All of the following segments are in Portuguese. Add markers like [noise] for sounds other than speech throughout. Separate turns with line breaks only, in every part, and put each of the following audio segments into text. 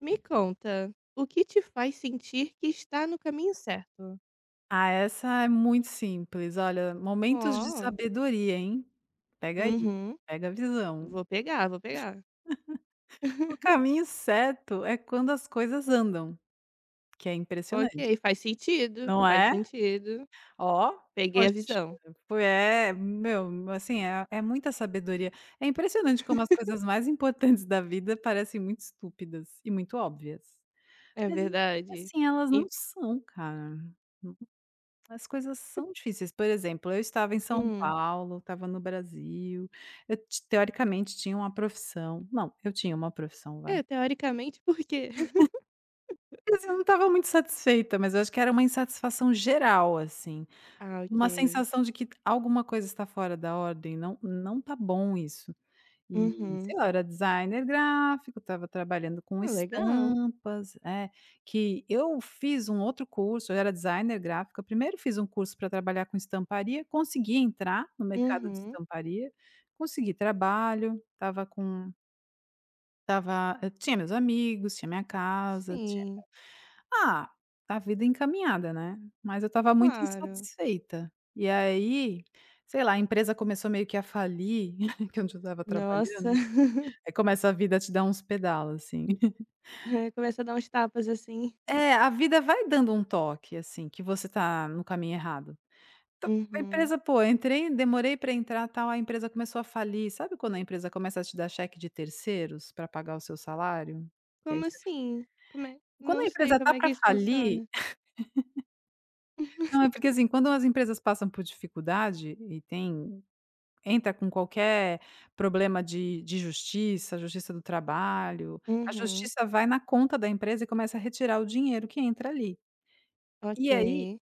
Me conta, o que te faz sentir que está no caminho certo?
Ah, essa é muito simples. Olha, momentos de
Ó,
sabedoria, hein. Pega aí,
uhum,
pega a visão.
vou pegar, vou pegar.
O
[laughs]
caminho certo é quando as coisas andam, que é impressionante,
Ok, faz sentido,
não
faz
é?
sentido.
Ó,
Peguei a
poxa,
visão.
foi é, meu, assim, é muita sabedoria. É impressionante como as
[laughs]
coisas mais importantes da vida parecem muito estúpidas e muito óbvias,
É
mas
verdade.
assim, elas
E,
não são, cara. As coisas são difíceis, por exemplo, eu estava em São
hum,
Paulo, estava no Brasil, eu ti teoricamente tinha uma profissão, não, eu tinha uma profissão, vai.
é, teoricamente, por quê? [laughs]
Quer dizer, eu não estava muito satisfeita, mas eu acho que era uma insatisfação geral, assim,
Ah,
uma
ok.
sensação de que alguma coisa está fora da ordem, não, não está bom isso. E,
Uhum.
sei lá, eu era designer gráfico, estava trabalhando com
Ah, legal.
estampas, que eu fiz um outro curso, eu era designer gráfica, primeiro fiz um curso para trabalhar com estamparia, consegui entrar no mercado de
Uhum.
estamparia, consegui trabalho, estava com tava eu tinha meus amigos, tinha minha casa, tinha
Sim,
ah, a vida encaminhada, né, mas eu estava muito
claro.
insatisfeita. E aí, sei lá, a empresa começou meio que a falir, [laughs] que é onde eu estava
Nossa.
trabalhando.
[laughs]
Aí começa a vida a te dar uns pedalos, assim. [laughs]
É, começa a dar uns tapas assim.
É, a vida vai dando um toque, assim, que você tá no caminho errado. Então, a
Uhum.
empresa, pô, entrei, demorei pra entrar, tal, a empresa começou a falir. Sabe quando a empresa começa a te dar cheque de terceiros pra pagar o seu salário? E aí
Como
você
assim? Como é?
quando
Não
a
sei
empresa
como
tá
é que
pra
isso
falir,
funciona.
não, é
[laughs]
porque, assim, quando as empresas passam por dificuldade e tem entra com qualquer problema de justiça, justiça do trabalho, a
Uhum,
justiça vai na conta da empresa e começa a retirar o dinheiro que entra ali. E aí,
ok.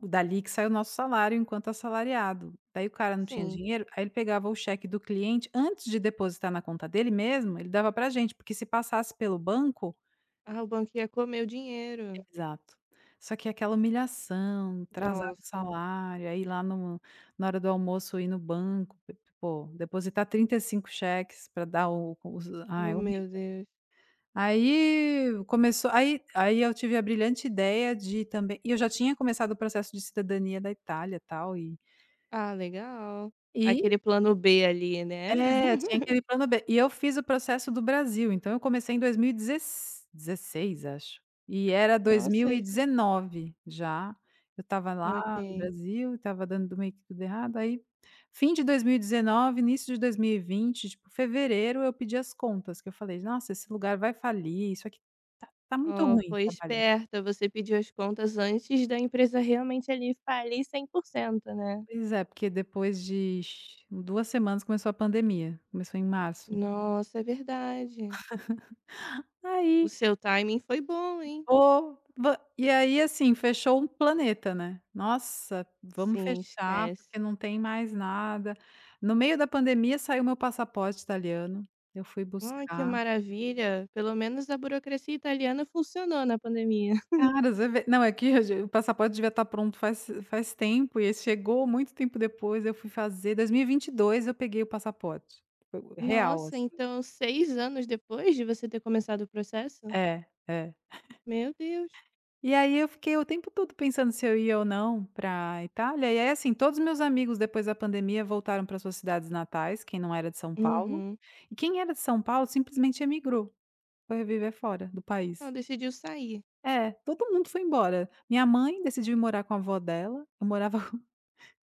o dali que sai o nosso salário enquanto assalariado. Daí o cara não tinha
Sim.
dinheiro, aí ele pegava o cheque do cliente, antes de depositar na conta dele mesmo, ele dava pra gente, porque se passasse pelo banco,
Ah, o banco ia comer o dinheiro.
exato. Só que aquela humilhação, atrasava o
Nossa,
salário, aí lá no na hora do almoço ir no banco, p pô, depositar 35 cheques para dar o os
oh
ai,
meu
horrível.
Deus.
Aí começou aí aí eu tive a brilhante ideia de também e eu já tinha começado o processo de cidadania da Itália, tal,
Ah, legal.
E
Aquele plano B ali, né.
eu tinha aquele
[laughs]
plano B. E eu fiz o processo do Brasil, então eu comecei em 2016, 16 acho. E era
Nossa, e
2019 já, eu estava lá no
ok.
Brasil, estava dando meio que tudo errado, aí fim de 2019, início de 2020, tipo, fevereiro, eu pedi as contas, que eu falei: "Nossa, esse lugar vai falir, isso aqui tá muito
Ó,
ruim
foi
trabalhar".
esperta, você pediu as contas antes da empresa realmente ali falir 100%, né.
Pois é, porque depois de 2 semanas começou a pandemia, começou em março.
Nossa, é verdade. O
Aí
seu timing foi bom, hein.
Oba! E aí, assim, fechou um planeta, né. "Nossa, vamos
Sim,
fechar,
esquece.
porque não tem mais nada." No meio da pandemia saiu meu passaporte italiano, eu fui
Ai, que
buscar.
maravilha! Pelo menos a burocracia italiana funcionou na pandemia. [laughs]
Cara, você vê, não, é que [laughs] eu já o passaporte devia estar pronto faz tempo, e esse chegou muito tempo depois. Eu fui fazer 2022, eu peguei o passaporte, foi real,
Nossa,
assim.
então 6 anos depois de você ter começado o processo?
É, é.
Meu Deus.
E aí eu fiquei o tempo todo pensando se eu ia ou não pra Itália, e aí, assim, todos os meus amigos depois da pandemia voltaram para suas cidades natais, quem não era de São Paulo,
Uhum.
e quem era de São Paulo simplesmente emigrou, foi viver fora do
Ela
país.
decidiu sair.
É, todo mundo foi embora. Minha mãe decidiu ir morar com a avó dela, eu morava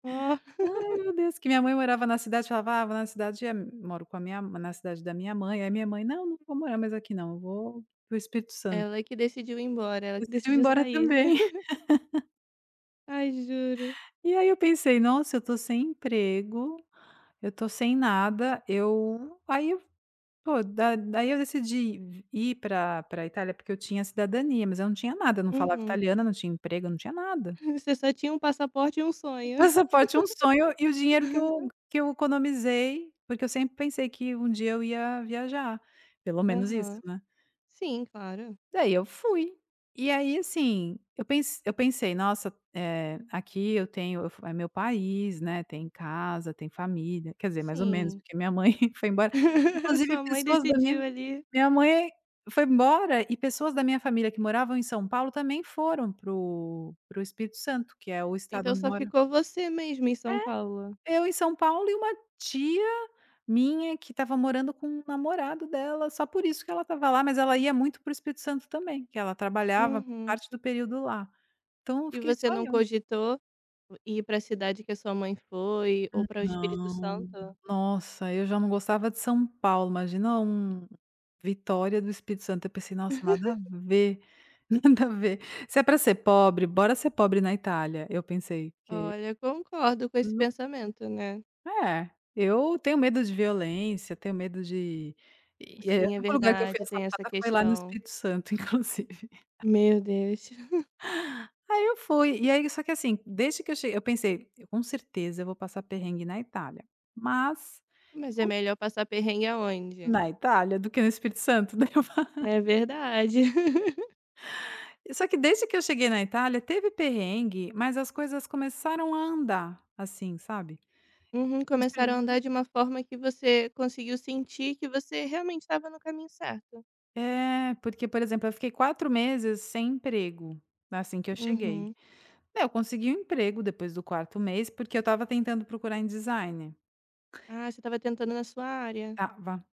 Ó, [laughs]
[laughs] ai, meu Deus, que minha mãe morava na cidade, falava: "Ah, vou na cidade, moro com a minha na cidade da minha mãe", aí minha mãe: "Não, não vou morar mais aqui não, eu vou para o Espírito Santo".
ela que decidiu ir embora, ela que
Decidiu ir
decidiu
embora
sair.
também.
[laughs]
[laughs]
Ai, juro.
E aí eu pensei: "Nossa, eu tô sem emprego". Eu tô sem nada, eu aí eu pô, da daí eu decidi ir para Itália, porque eu tinha cidadania, mas eu não tinha nada, eu não falava
Uhum.
italiana, não tinha emprego, não tinha nada.
[laughs]
[laughs]
Você só tinha um passaporte e um
O
sonho.
passaporte é um sonho e o dinheiro que eu
[laughs]
que eu economizei, porque eu sempre pensei que um dia eu ia viajar, pelo menos isso,
Aham.
né.
Sim, claro.
Daí eu fui. E aí, assim, eu pensei: "Nossa, eh, aqui eu tenho eu é meu país, né, tem casa, tem família", quer dizer, mais ou menos,
Sim.
porque minha mãe [laughs] foi embora.
[laughs]
Inclusive
Sua mãe
pessoas da minha
decidiu ali.
minha mãe foi embora, e pessoas da minha família que moravam em São Paulo também foram pro Espírito Santo, que é o estado
Então
onde
só
mora
ficou você mesmo em São Paulo.
eu em São Paulo e uma tia minha que estava morando com o namorado dela, só por isso que ela estava lá, mas ela ia muito para o Espírito Santo também, que ela trabalhava
Uhum.
parte do período lá. Então
E
fiquei
você
só
não
eu.
cogitou ir para a cidade que a sua mãe foi ou para o Espírito
Não,
Santo?
nossa, eu já não gostava de São Paulo, imagina Vitória do Espírito Santo, eu pensei: "Nossa, nada a ver, [laughs] nada a ver. Se é para ser pobre, bora ser pobre na Itália", eu pensei, porque
Olha, concordo com esse pensamento, né.
é, eu tenho medo de violência, tenho medo de e aí, o
Sim, é
único lugar que eu fui
verdade, tem essa
assaltada foi lá no
questão.
Espírito Santo, [laughs] inclusive.
Meu Deus. [laughs]
Aí eu fui, e aí só que assim, desde que eu cheguei eu pensei: "Eu com certeza eu vou passar perrengue na Itália, mas
Mas é
[laughs]
melhor passar perrengue aonde?
na Itália do que no Espírito Santo", daí [laughs]
É verdade. [laughs]
só que desde que eu cheguei na Itália teve perrengue, mas as coisas começaram a andar, assim, sabe.
Uhum, começaram a
Uhum.
andar de uma forma que você conseguiu sentir que você realmente estava no caminho certo.
É, porque, por exemplo, eu fiquei 4 meses sem emprego, assim que eu cheguei.
Uhum.
É, eu consegui um emprego depois do quarto mês, porque eu estava tentando procurar em design.
Ah, você estava tentando na sua área.
Estava.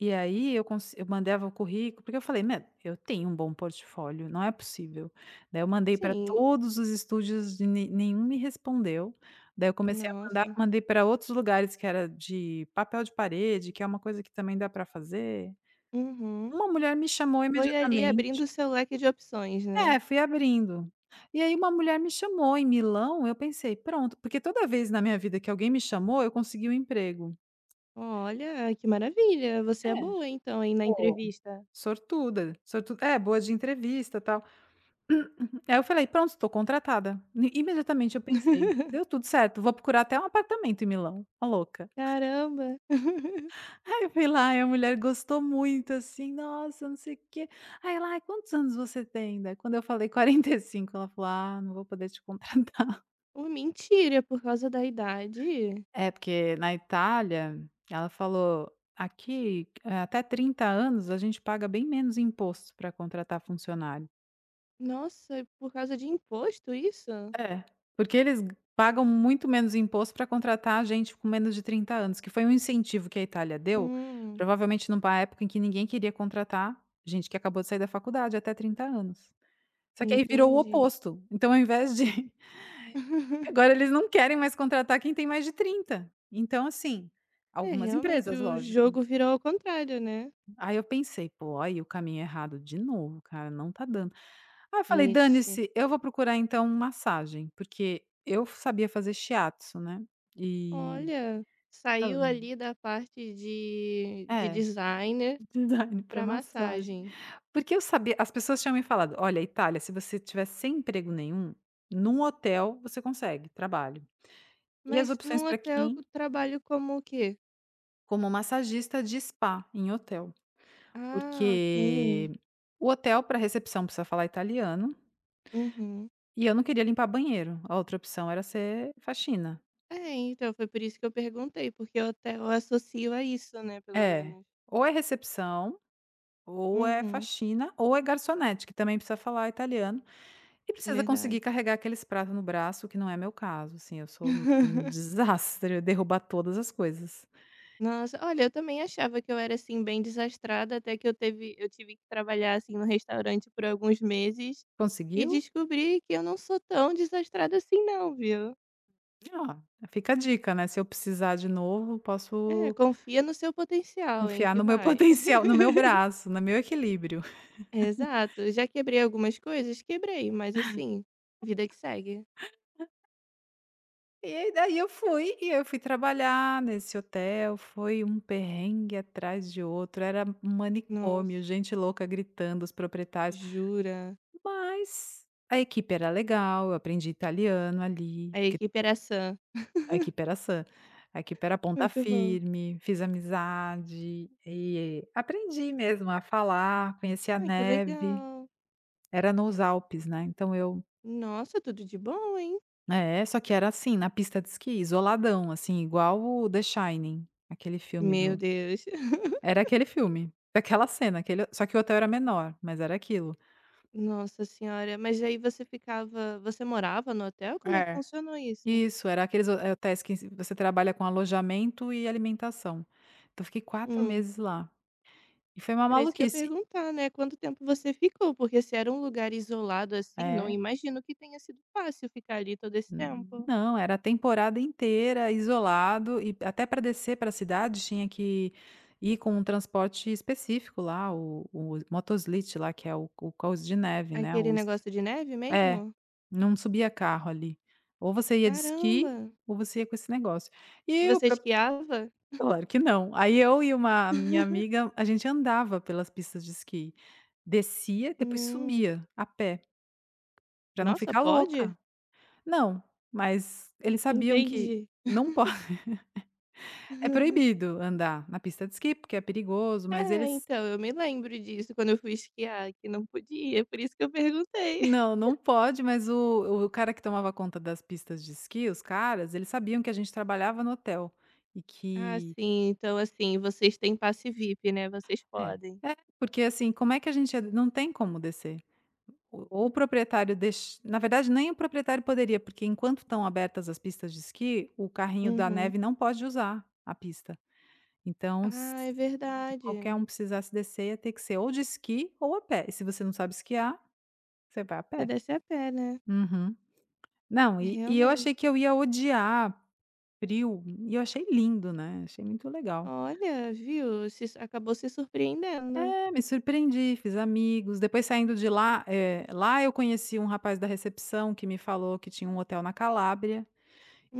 E aí eu mandava o currículo, porque eu falei: "Meu, eu tenho um bom portfólio, não é possível". Daí eu mandei para
Sim,
todos os estúdios e ne nenhum me respondeu. Daí eu comecei a mandar,
nossa.
mandei para outros lugares que era de papel de parede, que é uma coisa que também dá para fazer.
Uhum.
Uma mulher me chamou
Foi ali abrindo
imediatamente.
o seu leque de opções, né.
É, fui abrindo. E aí uma mulher me chamou em Milão, eu pensei: "Pronto", porque toda vez na minha vida que alguém me chamou, eu consegui um emprego.
Olha, que maravilha, você
É.
é boa então, hein, na
Pô,
entrevista.
sortuda, sortu é, boa de entrevista, tal. [clears throat] Aí eu falei: "Pronto, estou contratada". I imediatamente eu pensei: "Deu
[laughs]
tudo certo, vou procurar até um apartamento em Milão, a louca".
Caramba. [laughs]
[laughs] Aí eu fui lá e a mulher gostou muito, assim: "Nossa, não sei o quê". Aí ela: "Ai, quantos anos você tem, ainda?" Quando eu falei: 45, ela falou: "Ah, não vou poder te contratar".
Uma mentira, por causa da idade?
É, porque na Itália, ela falou: "Aqui, até 30 anos a gente paga bem menos imposto para contratar funcionário".
Nossa, por causa de imposto isso?
É, porque eles pagam muito menos imposto para contratar gente com menos de 30 anos, que foi um incentivo que a Itália deu,
Hum,
provavelmente numa época em que ninguém queria contratar gente que acabou de sair da faculdade até 30 anos. Só que aí virou o
Entendi.
oposto, então ao invés de [laughs]
[laughs]
agora eles não querem mais contratar quem tem mais de 30. Então assim,
É,
algumas
realmente
empresas,
o
lógico.
jogo virou ao contrário, né.
Aí eu pensei: "Pô, aí o caminho errado de novo, cara, não tá dando". Aí eu falei:
Ixe.
"Dane-se, eu vou procurar então massagem", porque eu sabia fazer shiatsu, né, e.
Olha,
Hã.
saiu ali da parte de
É,
de
[laughs]
designer
design pra
para
massagem.
massagem.
Porque eu sabia as pessoas tinham me falado: "Olha, Itália, se você tiver sem emprego nenhum, num hotel você consegue trabalho". E as
Mas num
opções para
hotel
quem?
eu trabalho como o quê?
Como massagista de spa em hotel,
Ah, ok.
porque o hotel para recepção precisa falar italiano.
Uhum.
E eu não queria limpar banheiro, a outra opção era ser faxina.
É, então, foi por isso que eu perguntei, porque eu até eu associo a isso, né, pelo
É,
menos.
ou é recepção, ou é
Uhum,
faxina, ou é garçonete, que também precisa falar italiano, e precisa conseguir
verdade.
carregar aqueles pratos no braço, que não é meu caso, assim, eu sou um
[laughs]
desastre, eu derrubar todas as coisas.
Nossa, olha, eu também achava que eu era, assim, bem desastrada, até que eu tive que trabalhar, assim, no restaurante por alguns meses e
Conseguiu?
descobri que eu não sou tão desastrada assim não, viu.
Ó, fica a dica, né, se eu precisar de novo,
É,
posso
confia no seu potencial, hein,
confiar
que
no meu [laughs]
vai.
potencial, no meu
[laughs]
braço, no meu equilíbrio.
Exato. Já quebrei algumas coisas? Quebrei, mas, assim, vida que segue.
E aí daí eu fui, e eu fui trabalhar nesse hotel, foi um perrengue atrás de outro, era um manicômio,
Nossa,
gente louca gritando, os proprietários,
jura?
mas a equipe era legal, eu aprendi italiano ali,
A
porque
equipe era sã.
a equipe era sã, a equipe era ponta
Muito bom.
firme, fiz amizade e aprendi mesmo a falar, conheci a
Ai, que
neve,
legal.
era nos Alpes, né, então
Nossa, tudo de bom, hein.
só que era assim, na pista de esqui, isoladão, assim, igual o The Shining, aquele filme
Meu
do
Deus. [laughs]
era aquele filme, aquela cena, aquele só que o hotel era menor, mas era aquilo.
Nossa senhora, mas aí você morava no hotel? Como é que
É.
funcionou isso?
Isso, era aqueles ho hotéis que s você trabalha com alojamento e alimentação. Então fiquei quatro
Hum,
meses lá, e foi uma
Era isso que eu ia
maluquice.
perguntar, né, quanto tempo você ficou? Porque se era um lugar isolado, assim, não
É,
imagino que tenha sido fácil ficar ali todo esse tempo.
não, era a temporada inteira isolado e até pra descer pra cidade tinha que ir com um transporte específico lá, o motoslit lá, que é o cous de neve, né,
Aquele
o es
negócio de neve
é,
mesmo?
não subia carro ali. Ou você ia de
Caramba.
esqui, ou você ia com esse negócio. E eu
Você
pra
esquiava?
Claro que não. Aí eu e uma minha
[laughs]
amiga, a gente andava pelas pistas de esqui. Descia, depois
Hum.
subia a pé, pra não
Nossa,
ficar
pode?
louca. Não, mas eles sabiam que
Entendi.
não pode, [laughs] é
[laughs]
proibido andar na pista de esqui, porque é perigoso, mas
É,
eles,
então, eu me lembro disso quando eu fui esquiar, que não podia, por isso que eu perguntei. [laughs]
não, não pode, mas o cara que tomava conta das pistas de esqui, os caras, eles sabiam que a gente trabalhava no hotel e
Ah,
que...
sim, então assim, vocês têm passe VIP, né, vocês
É.
podem.
É, porque assim, como é que a gente ia não tem como descer. O ou o proprietário deix Na verdade, nem o proprietário poderia, porque enquanto estão abertas as pistas de esqui, o carrinho da
Uhum.
neve não pode usar a pista. Então, se
Ah, é
se qualquer
verdade.
um precisasse descer, ia ter que ser ou de esqui ou a pé. E se você não sabe esquiar, você vai a
Você
pé.
desce a pé, né?
Uhum. Não, e eu
Realmente.
achei que eu ia odiar frio, e eu achei lindo, né, achei muito legal.
Olha, viu, se s- acabou se surpreendendo.
É, me surpreendi, fiz amigos. Depois, saindo de lá, lá eu conheci um rapaz da recepção que me falou que tinha um hotel na Calábria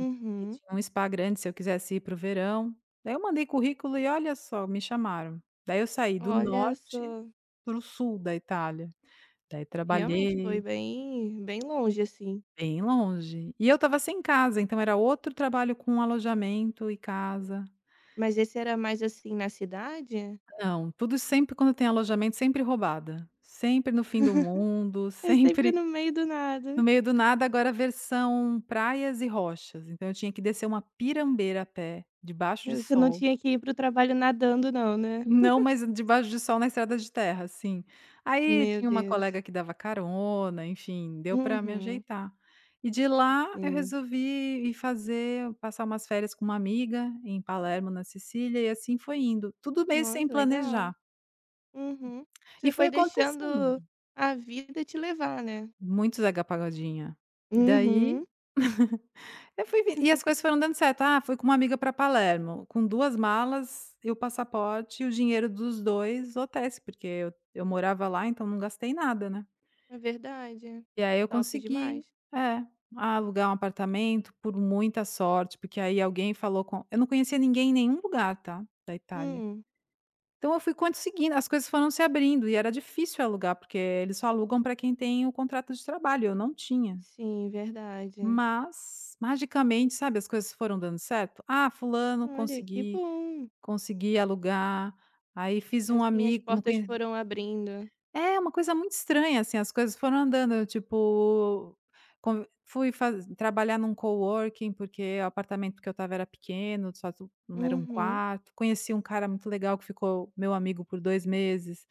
e que tinha um spa grande se eu quisesse ir para o verão. Daí eu mandei currículo e, olha só, me chamaram. Daí eu saí do
Olha
norte
só.
para o sul da Itália. Daí
Realmente foi
trabalhei
bem, bem longe, assim.
bem longe. E eu estava sem casa, então era outro trabalho com alojamento e casa.
Mas esse era mais assim na cidade?
Não, tudo, sempre quando tem alojamento, sempre roubada. Sempre no fim do mundo, [laughs]
É sempre
sempre
no meio do nada.
no meio do nada, agora versão praias e rochas, então eu tinha que descer uma pirambeira a pé, debaixo de
Você não
sol.
tinha que ir pro trabalho nadando, não, né?
Não, mas debaixo de sol na estrada de terra, assim. Aí
Meu
tinha uma
Deus.
colega que dava carona, enfim, deu para me
Uhum.
ajeitar. E de lá eu
Sim.
resolvi ir fazer passar umas férias com uma amiga em Palermo, na Sicília, e assim foi indo, tudo meio
Olha,
sem
que legal.
planejar.
Uhum.
E
Você
foi
foi
acontecendo,
deixando a vida te levar, né.
muito Zeca Pagodinha. Daí
Uhum.
eu fui vi e as coisas foram dando certo. Ah, fui com uma amiga para Palermo, com 2 malas e o passaporte e o dinheiro dos 2 hotéis, porque eu morava lá, então não gastei nada, né.
É verdade.
E aí eu
Top
consegui,
demais.
é, alugar um apartamento, por muita sorte, porque aí alguém falou com eu não conhecia ninguém em nenhum lugar, tá, da Itália.
Hum.
Então eu fui conseguindo, as coisas foram se abrindo, e era difícil alugar, porque eles só alugam para quem tem o contrato de trabalho, eu não tinha.
Sim, verdade.
Mas, magicamente, sabe, as coisas foram dando certo. "Ah, fulano,
Olha, que
consegui
bom.
consegui alugar", aí fiz um
Assim as
amigo, não
portas
conhe
foram abrindo.
é uma coisa muito estranha, assim, as coisas foram andando, eu, tipo, con fui faz trabalhar num coworking, porque o apartamento que eu tava era pequeno, só tu não era um
Uhum.
quarto. Conheci um cara muito legal que ficou meu amigo por 2 meses.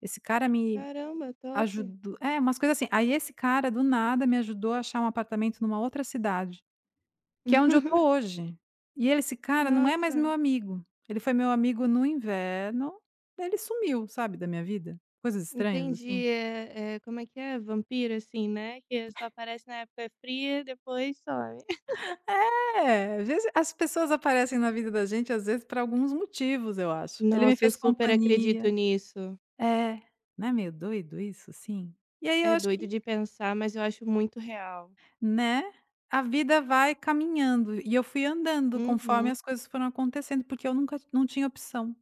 Esse cara me
Caramba, top.
ajudou, umas coisas assim. Aí esse cara, do nada, me ajudou a achar um apartamento numa outra cidade. Que é onde eu tô
[laughs]
hoje. E ele Esse cara não é mais
Nossa,
meu amigo. Ele foi meu amigo no inverno, daí ele sumiu, sabe, da minha vida. Coisas estranhas, assim.
entendi. É como é que é? Vampiro, assim, né, que só aparece na época fria, depois some.
É, às vezes as pessoas aparecem na vida da gente, às vezes, pra alguns motivos, eu acho. Ele me
Nossa, eu
fez
super acredito
companhia.
nisso.
É. Não é meio doido isso, assim? E aí eu
É
acho
doido
que,
de pensar, mas eu acho muito real.
né, a vida vai caminhando e eu fui andando conforme
Uhum,
as coisas foram acontecendo, porque eu nunca não tinha opção.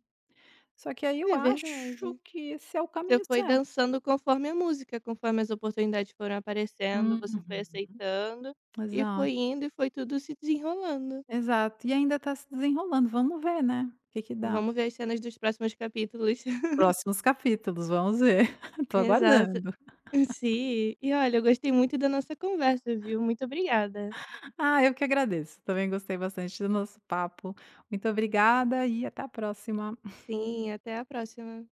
Só que aí eu
é
acho
verdade.
que esse é o
Você
caminho
foi
certo.
dançando conforme a música, conforme as oportunidades foram aparecendo, você foi
Uhum.
aceitando e foi
Exato,
indo e foi tudo se desenrolando.
exato. E ainda está se desenrolando, vamos ver, né, o que que dá.
Vamos ver as cenas dos próximos capítulos. [laughs]
Próximos capítulos, vamos ver. [laughs] Estou
Exato.
aguardando.
Sim. E olha, eu gostei muito da nossa conversa, viu? Muito obrigada.
Ah, eu que agradeço, também gostei bastante do nosso papo. Muito obrigada e até a próxima.
Sim, até a próxima.